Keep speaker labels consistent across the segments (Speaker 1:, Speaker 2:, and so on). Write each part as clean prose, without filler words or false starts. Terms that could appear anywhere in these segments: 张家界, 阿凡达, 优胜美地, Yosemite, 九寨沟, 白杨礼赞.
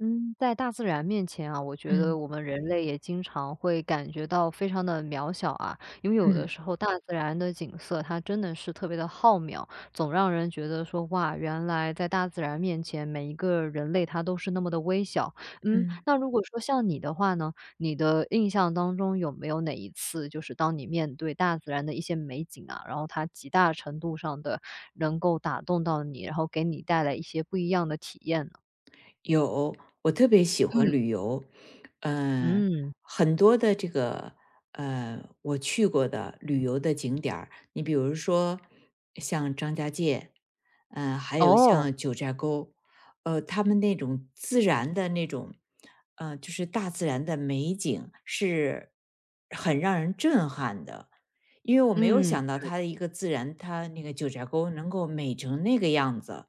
Speaker 1: 嗯，在大自然面前啊，我觉得
Speaker 2: 嗯
Speaker 1: 我们人类也经常会感觉到非常的渺小啊，因为有的
Speaker 2: 嗯
Speaker 1: 时候大自然的景色它真的是特别的浩渺，总让人觉得说哇，原来在大自然面前，每一个人类他都是那么的微小。嗯，
Speaker 2: 嗯，
Speaker 1: 那如果说像你的话呢，你的印象当中有没有哪一次，就是当你面对大自然的一些美景啊，然后它极大程度上的能够打动到你，然后给你带来一些不一样的体验呢？
Speaker 2: 有，我特别喜欢
Speaker 1: 嗯。
Speaker 2: 旅游，呃，
Speaker 1: 嗯。
Speaker 2: 很多的这个我去过的旅游的景点儿，你比如说像张家界，还有
Speaker 1: 哦，
Speaker 2: 像九寨沟，他们那种自然的那种，就是大自然的美景是很让人震撼的，因为我没有
Speaker 1: 嗯，
Speaker 2: 想到它的一个自然，它那个九寨沟能够美成那个样子。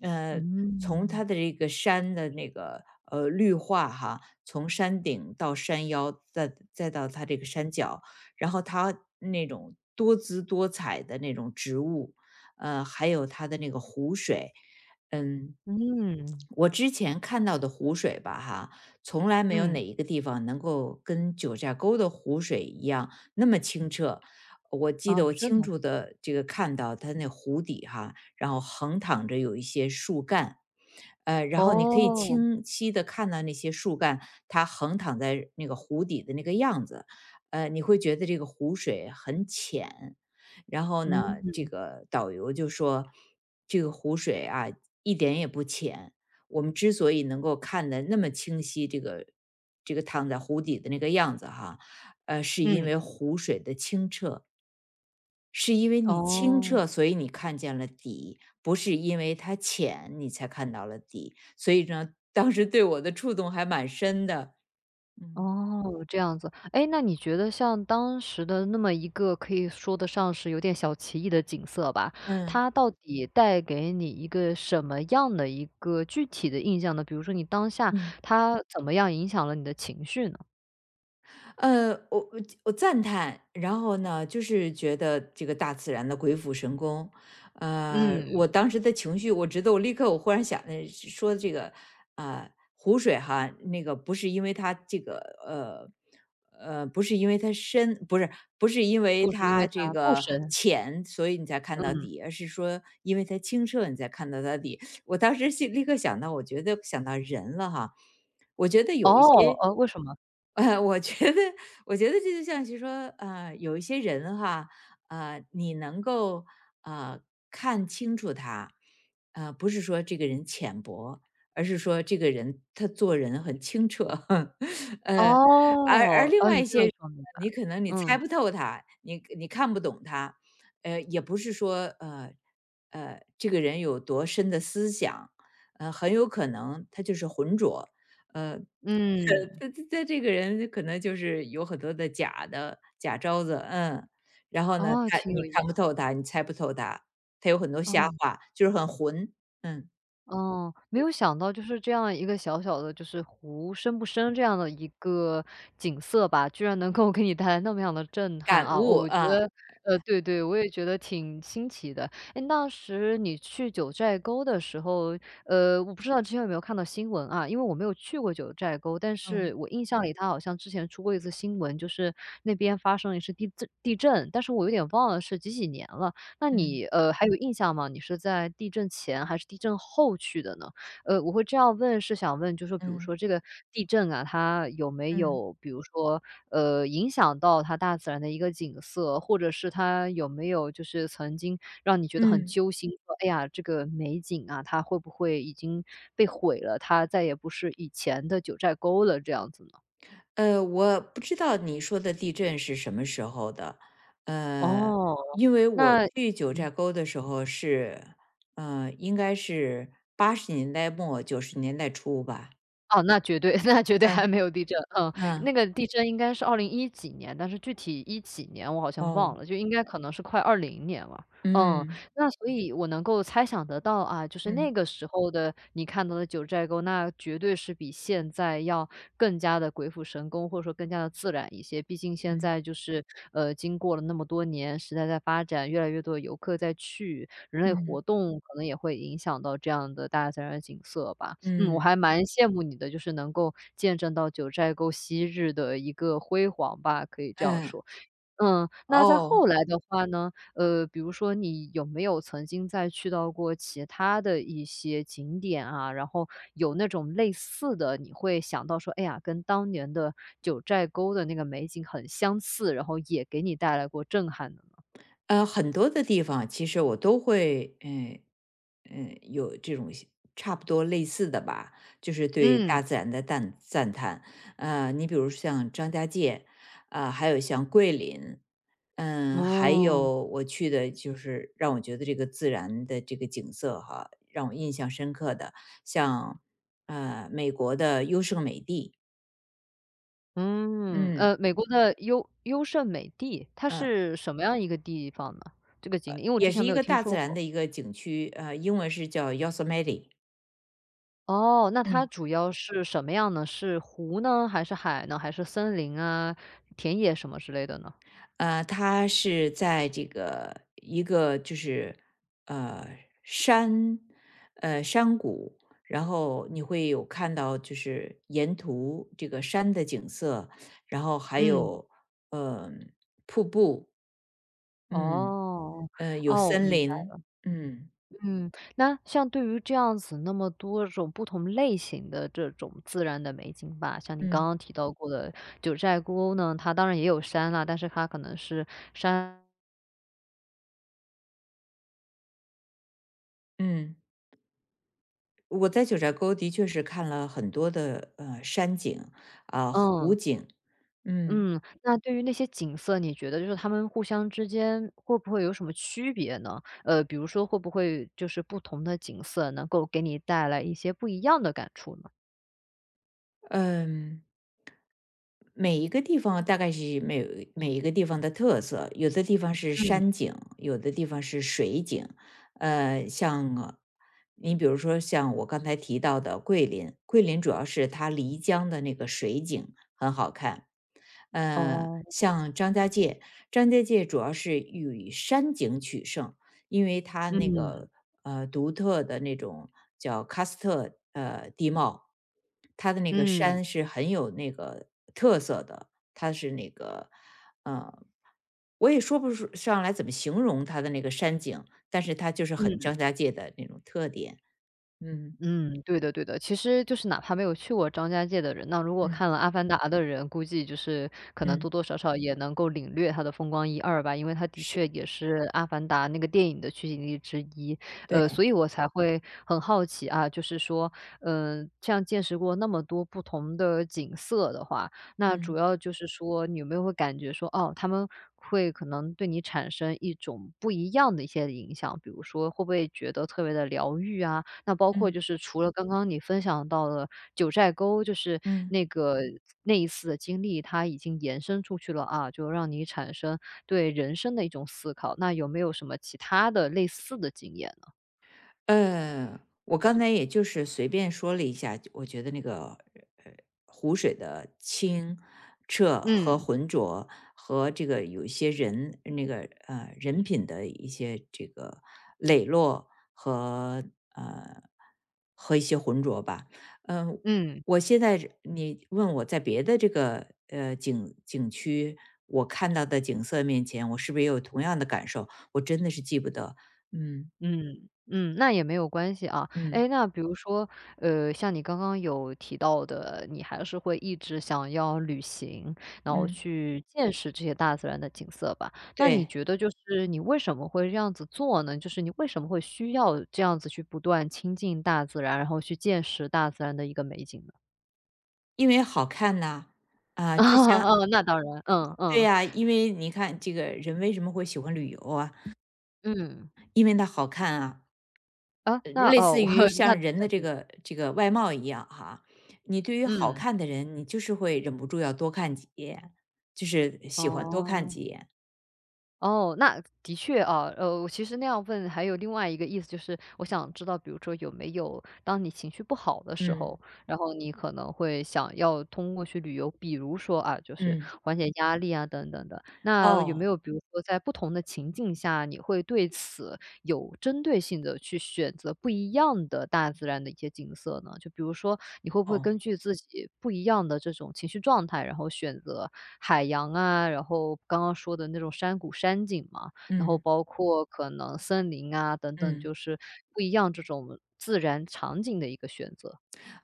Speaker 2: 呃，从
Speaker 1: 嗯，
Speaker 2: 它的这个山的那个绿化哈，从山顶到山腰，再到它这个山脚，然后它那种多姿多彩的那种植物，还有它的那个湖水，嗯，
Speaker 1: 嗯，
Speaker 2: 我之前看到的湖水吧哈，从来没有
Speaker 1: 嗯，
Speaker 2: 哪一个地方能够跟九寨沟的湖水一样那么清澈。我记
Speaker 1: 哦，
Speaker 2: 得我
Speaker 1: 真
Speaker 2: 清
Speaker 1: 的，
Speaker 2: 楚的这个看到它那湖底哈，然后横躺着有一些树干，然后你可以
Speaker 1: 哦，
Speaker 2: 清晰的看到那些树干，它横躺在那个湖底的那个样子，你会觉得这个湖水很浅，然后呢，
Speaker 1: 嗯，
Speaker 2: 这个导游就说，这个湖水啊一点也不浅，我们之所以能够看得那么清晰，这个躺在湖底的那个样子哈，是因
Speaker 1: 嗯，
Speaker 2: 为湖水的清澈，是因为你清
Speaker 1: 哦，
Speaker 2: 澈，所以你看见了底，不是因为它浅你才看到了底。所以呢，当时对我的触动还蛮深的。嗯。
Speaker 1: 哦，这样子。哎，那你觉得像当时的那么一个可以说得上是有点小奇异的景色吧，
Speaker 2: 嗯
Speaker 1: 它到底带给你一个什么样的一个具体的印象呢？比如说你当下
Speaker 2: 嗯。
Speaker 1: 它怎么样影响了你的情绪呢？
Speaker 2: 呃，我我我赞叹，然后呢，就是觉得这个大自然的鬼斧神工，
Speaker 1: 嗯，
Speaker 2: 我当时的情绪，我觉得我立刻我忽然想的说这个，呃，湖水哈，那个不是因为它这个，呃，不是因为它深，不是因为
Speaker 1: 不是因为
Speaker 2: 它这
Speaker 1: 它不
Speaker 2: 个
Speaker 1: 深，
Speaker 2: 浅，所以你才看到
Speaker 1: 嗯，
Speaker 2: 底，而是说因为它清澈，你才看到它底。我当时心立刻想到，我觉得想到人了哈，我觉得有一
Speaker 1: 哦，
Speaker 2: 些。
Speaker 1: 为什么？
Speaker 2: 呃，我觉得，我觉得，这就像是说，有一些人哈，你能够呃看清楚他，不是说这个人浅薄，而是说这个人他做人很清澈，呃，而
Speaker 1: 哦，
Speaker 2: 另
Speaker 1: 哦，
Speaker 2: 外
Speaker 1: 你
Speaker 2: 一
Speaker 1: 这
Speaker 2: 些
Speaker 1: 样一
Speaker 2: 人
Speaker 1: 说明白
Speaker 2: 你
Speaker 1: 了，
Speaker 2: 可能你猜
Speaker 1: 嗯，
Speaker 2: 不透他，你看不懂他，也不是说这个人有多深的思想，很有可能他就是浑浊，呃，
Speaker 1: 嗯，
Speaker 2: 他这个人可能就是有很多的假的假招子，然后呢，
Speaker 1: 哦，
Speaker 2: 他
Speaker 1: 挺有
Speaker 2: 你
Speaker 1: 意
Speaker 2: 看不透
Speaker 1: 思，
Speaker 2: 他，你猜不透他，他有很多瞎
Speaker 1: 哦。
Speaker 2: 话，就是很混，嗯，
Speaker 1: 嗯，没有想到就是这样一个小小的就是湖深不深这样的一个景色吧，居然能够给你带来那么样的震撼
Speaker 2: 感
Speaker 1: 啊！哦，
Speaker 2: 悟
Speaker 1: 我觉
Speaker 2: 啊，
Speaker 1: 得对对，我也觉得挺新奇的。哎，当时你去九寨沟的时候，我不知道之前有没有看到新闻啊，因为我没有去过九寨沟，但是
Speaker 2: 嗯
Speaker 1: 我印象里它好像之前出过一次新闻，就是那边发生了一次地震，但是我有点忘了是几几年了。那
Speaker 2: 嗯
Speaker 1: 你，还有印象吗？你是在地震前还是地震后去的呢？我会这样问是想问，就说比如说
Speaker 2: 嗯
Speaker 1: 这个地震啊，它有没
Speaker 2: 嗯
Speaker 1: 有比如说，影响到它大自然的一个景色，或者是它有没有就是曾经让你觉得很
Speaker 2: 嗯，
Speaker 1: 揪心，说，哎呀，这个美景啊，它会不会已经被毁了，它再也不是以前的九寨沟了这样子呢？
Speaker 2: 我不知道你说的地震是什么时候的，呃，
Speaker 1: 哦，
Speaker 2: 因为我
Speaker 1: 那
Speaker 2: 去九寨沟的时候是，应该是80年代末90年代初吧，
Speaker 1: 哦，那绝对 那绝对
Speaker 2: 嗯
Speaker 1: 还没有地震，嗯，那
Speaker 2: 嗯，
Speaker 1: 个地震应该是二零一几年，但是具体一几年我好像
Speaker 2: 哦，
Speaker 1: 忘了，就应该可能是快二零年了。嗯，
Speaker 2: 嗯。
Speaker 1: 那所以我能够猜想得到啊，就是那
Speaker 2: 嗯
Speaker 1: 个时候的你看到的九寨沟，那绝对是比现在要更加的鬼斧神工，或者说更加的自然一些。毕竟现
Speaker 2: 嗯
Speaker 1: 在就是，经过了那么多年，时代在发展，越来越多的游客在去，人类活
Speaker 2: 嗯
Speaker 1: 动可能也会影响到这样的大自然的景色吧。嗯，我
Speaker 2: 嗯，
Speaker 1: 还蛮羡慕你的，就是能够见证到九寨沟昔日的一个辉煌吧，可以这样
Speaker 2: 嗯，
Speaker 1: 说。嗯，那在后
Speaker 2: 哦，
Speaker 1: 来的话呢，比如说你有没有曾经再去到过其他的一些景点啊，然后有那种类似的，你会想到说，哎呀，跟当年的九寨沟的那个美景很相似，然后也给你带来过震撼呢？
Speaker 2: 很多的地方其实我都会，有这种差不多类似的吧，就是对
Speaker 1: 嗯，
Speaker 2: 大自然的赞叹。你比如像张家界，啊、还有像桂林，嗯，还
Speaker 1: 哦。
Speaker 2: 有我去的就是让我觉得这个自然的这个景色哈，让我印象深刻的，像美国的优胜美地，
Speaker 1: 嗯，
Speaker 2: 嗯。
Speaker 1: 呃，美国的优胜美地，它
Speaker 2: 呃
Speaker 1: 是什么样一个地方呢？这个景点，因为我之
Speaker 2: 也
Speaker 1: 前
Speaker 2: 是
Speaker 1: 没
Speaker 2: 一
Speaker 1: 有
Speaker 2: 个
Speaker 1: 听
Speaker 2: 大自
Speaker 1: 说
Speaker 2: 然
Speaker 1: 过。
Speaker 2: 的一个景区，英文是叫 Yosemite。
Speaker 1: 哦，那它
Speaker 2: 嗯。
Speaker 1: 主要是什么样呢？是湖呢，还是海呢，还是森林啊、田野什么之类的呢？
Speaker 2: 它是在这个一个就是，呃，山山谷，然后你会有看到就是沿途这个山的景色，然后还
Speaker 1: 嗯，
Speaker 2: 有，呃，瀑布，嗯，
Speaker 1: 哦，
Speaker 2: 有
Speaker 1: 哦，
Speaker 2: 森
Speaker 1: 明白。
Speaker 2: 林，嗯，
Speaker 1: 嗯，那像对于这样子那么多种不同类型的这种自然的美景吧，像你刚
Speaker 2: 嗯。
Speaker 1: 刚提到过的九寨沟呢，它当然也有山啦，但是它可能是山
Speaker 2: 嗯。我在九寨沟的确是看了很多的山景啊、湖
Speaker 1: 嗯。
Speaker 2: 景，嗯
Speaker 1: 嗯，那对于那些景色，你觉得就是它们互相之间会不会有什么区别呢？呃，比如说会不会就是不同的景色能够给你带来一些不一样的感触呢？
Speaker 2: 嗯，每一个地方大概是每一个地方的特色，有的地方是
Speaker 1: 嗯，
Speaker 2: 山景，有的地方是水景，呃，像呃你比如说像我刚才提到的桂林，桂林主要是它漓江的那个水景很好看，
Speaker 1: 哦。
Speaker 2: 像张家界，张家界主要是以山景取胜。因为它那
Speaker 1: 嗯，
Speaker 2: 个独特的那种叫喀斯特地貌，它的那个
Speaker 1: 嗯，嗯
Speaker 2: 山是很有那个特色的，它是那个呃，我也说不出上来怎么形容它的那个山景，但是它就是很
Speaker 1: 嗯。
Speaker 2: 张家界的那种特点。嗯
Speaker 1: 嗯，对的对的。其实就是哪怕没有去过张家界的人，那如果
Speaker 2: 嗯
Speaker 1: 看了《阿凡达》的人，估计就是可能多
Speaker 2: 嗯，
Speaker 1: 多少少也能够领略它的风光一二吧，因为它的
Speaker 2: 是
Speaker 1: 确也是《阿凡达》那个电影的取景地之一。
Speaker 2: 对，
Speaker 1: 所以我才会很好奇啊，就是说，这样见识过那么多不同的景色的话，那主
Speaker 2: 嗯
Speaker 1: 要就是说，你有没有会感觉说，哦，他们会可能对你产生一种不一样的一些影响？比如说，会不会觉得特别的疗愈啊？那包括
Speaker 2: 嗯
Speaker 1: 就是除了刚刚你分享到了九寨沟，就是
Speaker 2: 嗯。
Speaker 1: 那个那一次的经历，它已经延伸出去了啊，就让你产生对人生的一种思考。那有没有什么其他的类似的经验呢？
Speaker 2: 我刚才也就是随便说了一下，我觉得那个呃湖水的清澈和
Speaker 1: 嗯
Speaker 2: 浑浊，和这个有一些人那个人品的一些这个磊落和呃和一些浑浊吧。嗯、
Speaker 1: 嗯。
Speaker 2: 我现在是你问我在别的这个景区我看到的景色面前，我是不是也有同样的感受？我真的是记不得。嗯
Speaker 1: 嗯，嗯，那也没有关系啊。
Speaker 2: 嗯。
Speaker 1: 诶，那比如说，像你刚刚有提到的，你还是会一直想要旅行，然后
Speaker 2: 嗯
Speaker 1: 去见识这些大自然的景色吧。那你
Speaker 2: 对，
Speaker 1: 觉得就是你为什么会这样子做呢？就是你为什么会需要这样子去不断亲近大自然，然后去见识大自然的一个美景呢？
Speaker 2: 因为好看呐，啊，
Speaker 1: 啊
Speaker 2: 就像
Speaker 1: 哦，那当然，嗯，
Speaker 2: 对
Speaker 1: 嗯，
Speaker 2: 呀，因为你看这个人为什么会喜欢旅游啊？
Speaker 1: 嗯。
Speaker 2: 因为它好看啊，
Speaker 1: 啊，那
Speaker 2: 类
Speaker 1: 哦，
Speaker 2: 似于
Speaker 1: 那
Speaker 2: 像人的
Speaker 1: 肯
Speaker 2: 这
Speaker 1: 定的，
Speaker 2: 个这个外貌一样哈。你对于好
Speaker 1: 嗯，
Speaker 2: 看的人，你就是会忍不住要多看几眼，就是喜欢多看
Speaker 1: 哦。
Speaker 2: 几眼。
Speaker 1: 哦，那的确啊，我其实那样问还有另外一个意思，就是我想知道，比如说有没有当你情绪不好的时
Speaker 2: 嗯
Speaker 1: 候，然后你可能会想要通过去旅游，比如说啊，就是
Speaker 2: 嗯，
Speaker 1: 缓解压力啊等等的。那有没
Speaker 2: 哦
Speaker 1: 有比如说在不同的情境下，你会对此有针对性的去选择不一样的大自然的一些景色呢？就比如说，你会不会
Speaker 2: 哦，
Speaker 1: 根据自己不一样的这种情绪状态，然后选择海洋啊，然后刚刚说的那种山谷、山景嘛，然后
Speaker 2: 嗯
Speaker 1: 包括可能森林啊等等，
Speaker 2: 嗯。
Speaker 1: 就是不一样这种自然场景的一个选择？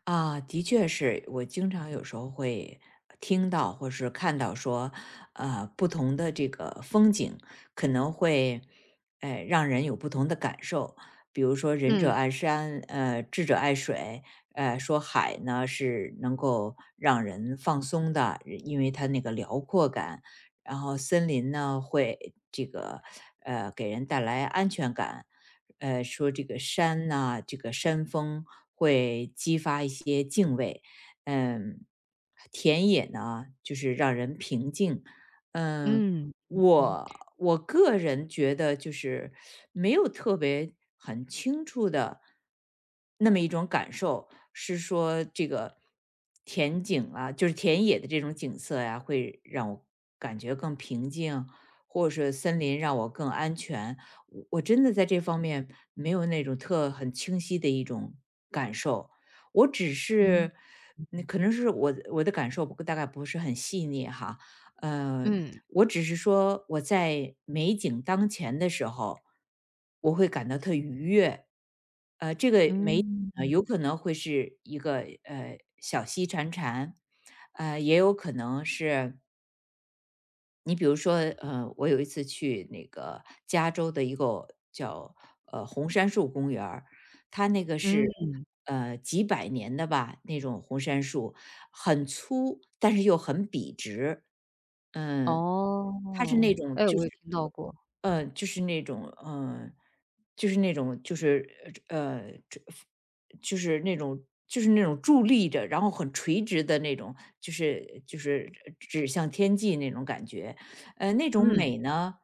Speaker 2: 啊，的确是，我经常有时候会听到或是看到说，不同的这个风景可能会，让人有不同的感受。比如说“仁者
Speaker 1: 嗯，
Speaker 2: 爱山，智者爱水”，说海呢是能够让人放松的，因为它那个辽阔感。然后森林呢会这个，给人带来安全感。说这个山呐、这个山峰会激发一些敬畏。嗯，田野呢，就是让人平静。嗯，
Speaker 1: 嗯，嗯嗯，
Speaker 2: 我个人觉得就是没有特别很清楚的那么一种感受，是说这个田景啊，就是田野的这种景色呀，会让我感觉更平静，或者是森林让我更安全。我真的在这方面没有那种特很清晰的一种感受，我只
Speaker 1: 嗯。
Speaker 2: 是，那可能是我的感受不大概不是很细腻哈，呃，
Speaker 1: 嗯，
Speaker 2: 我只是说我在美景当前的时候，我会感到特愉悦，这个美呢
Speaker 1: 嗯，
Speaker 2: 有可能会是一个小溪潺潺，也有可能是你比如说，我有一次去那个加州的一个叫红杉树公园儿，它那个是
Speaker 1: 嗯，
Speaker 2: 几百年的吧，那种红杉树很粗，但是又很笔直，嗯，它是那
Speaker 1: 哦，
Speaker 2: 种
Speaker 1: 哎，
Speaker 2: 就
Speaker 1: 我
Speaker 2: 是
Speaker 1: 也听到过，
Speaker 2: 就是那种，就是那种，就是这就是那种，就是那种伫立着，然后很垂直的那种，就是指向天际那种感觉。那种
Speaker 1: 嗯。
Speaker 2: 美呢，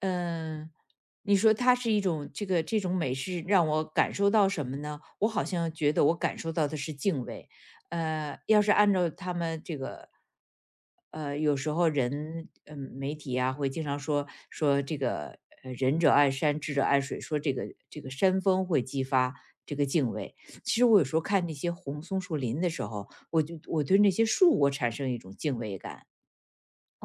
Speaker 2: 嗯、你说它是一种这种美是让我感受到什么呢？我好像觉得我感受到的是敬畏。要是按照他们这个，有时候人，媒体啊会经常说这个，仁者爱山，智者爱水，说这个山峰会激发这个敬畏。其实我有时候看那些红松树林的时候，我对那些树我产生一种敬畏感。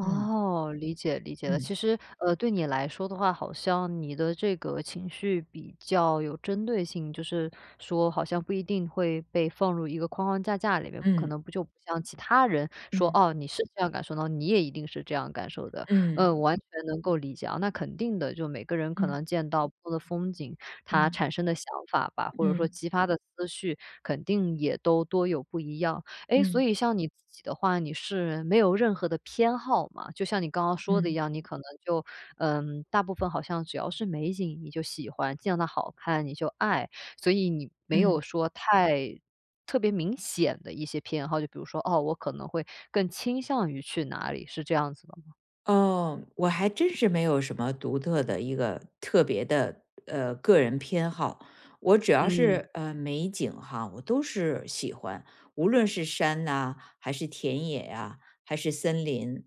Speaker 2: 嗯
Speaker 1: 理解理解了。
Speaker 2: 嗯
Speaker 1: 其实，对你来说的话，好像你的这个情绪比较有针对性，就是说好像不一定会被放入一个框框架架里面，可
Speaker 2: 嗯
Speaker 1: 能不就不像其他人说，
Speaker 2: 嗯
Speaker 1: 哦，你是这样感受到，你也一定是这样感受的。
Speaker 2: 嗯
Speaker 1: 嗯，完全能够理解啊。那肯定的，就每个人可能
Speaker 2: 嗯
Speaker 1: 见到不同的风景，
Speaker 2: 嗯
Speaker 1: 他产
Speaker 2: 嗯
Speaker 1: 生的想法吧，或者说
Speaker 2: 嗯
Speaker 1: 激发的思绪，肯定也都多有不一样。哎，所
Speaker 2: 嗯
Speaker 1: 以
Speaker 2: 嗯
Speaker 1: 像你自己的话，你是没有任何的偏好嘛？就像你刚刚说的一
Speaker 2: 嗯
Speaker 1: 样，你可能就，嗯，大部分好像只要是美景你就喜欢，见到它好看你就爱，所以你没有
Speaker 2: 嗯。
Speaker 1: 说太特别明显的一些偏好，就比如说，哦，我可能会更倾向于去哪里，是这样子的吗？
Speaker 2: 哦，我还真是没有什么独特的一个特别的个人偏好，我只要
Speaker 1: 嗯，
Speaker 2: 是美景哈，我都是喜欢，无论是山呐、还是田野呀、还是森林，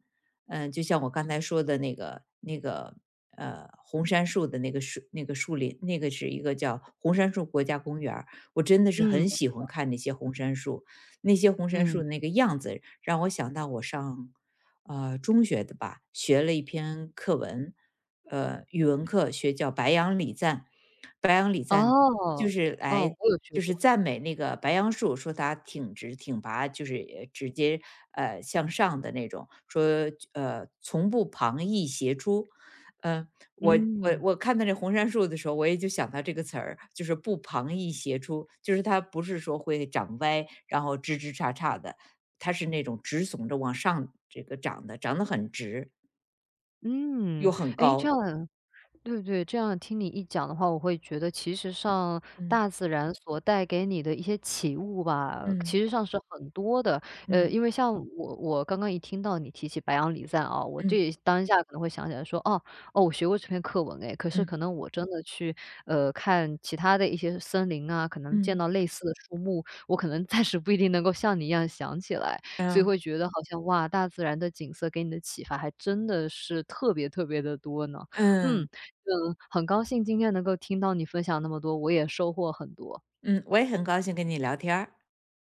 Speaker 2: 就像我刚才说的那个红杉树的那个树林，那个是一个叫红杉树国家公园儿我真的是
Speaker 1: 嗯，
Speaker 2: 很喜欢看那些红杉树，那些红杉树
Speaker 1: 嗯，
Speaker 2: 的那个样子，让我想到我上中学的吧，学了一篇课文，语文课学叫《白杨礼赞》，白杨礼赞就
Speaker 1: 哦，
Speaker 2: 是
Speaker 1: 哦，
Speaker 2: 来
Speaker 1: 我有去
Speaker 2: 就
Speaker 1: 过，
Speaker 2: 是赞美那个白杨树，说它挺直挺拔，就是直接向上的那种，说从不旁逸斜出。呃，我我
Speaker 1: 嗯，
Speaker 2: 我看到这红杉树的时候，我也就想到这个词儿，就是不旁逸斜出，就是它不是说会长歪，然后枝枝杈杈的，它是那种直耸着往上这个长的，长得很直
Speaker 1: 嗯，
Speaker 2: 又很
Speaker 1: 哎，这
Speaker 2: 高。
Speaker 1: 样对对，这样听你一讲的话，我会觉得其实上
Speaker 2: 嗯
Speaker 1: 大自然所带给你的一些启悟吧，其
Speaker 2: 嗯
Speaker 1: 实上是很多的。
Speaker 2: 嗯
Speaker 1: 因为像我，我刚刚一听到你提起白杨礼赞啊，我
Speaker 2: 嗯
Speaker 1: 这当下可能会想起来说，哦哦，我学过这篇课文诶，可是
Speaker 2: 嗯
Speaker 1: 可能我真的去看其他的一些森林啊，
Speaker 2: 嗯
Speaker 1: 可能见
Speaker 2: 嗯，
Speaker 1: 到类似的树木，我可能暂时不一定能够像你一样想起来，所以
Speaker 2: 嗯
Speaker 1: 会觉得好像哇，大自然的景色给你的启发还真的是特别特别的多呢。嗯，
Speaker 2: 嗯
Speaker 1: 嗯，很高兴今天能够听到你分享那么多，我也收获很多。
Speaker 2: 嗯我也很高兴跟你聊天儿。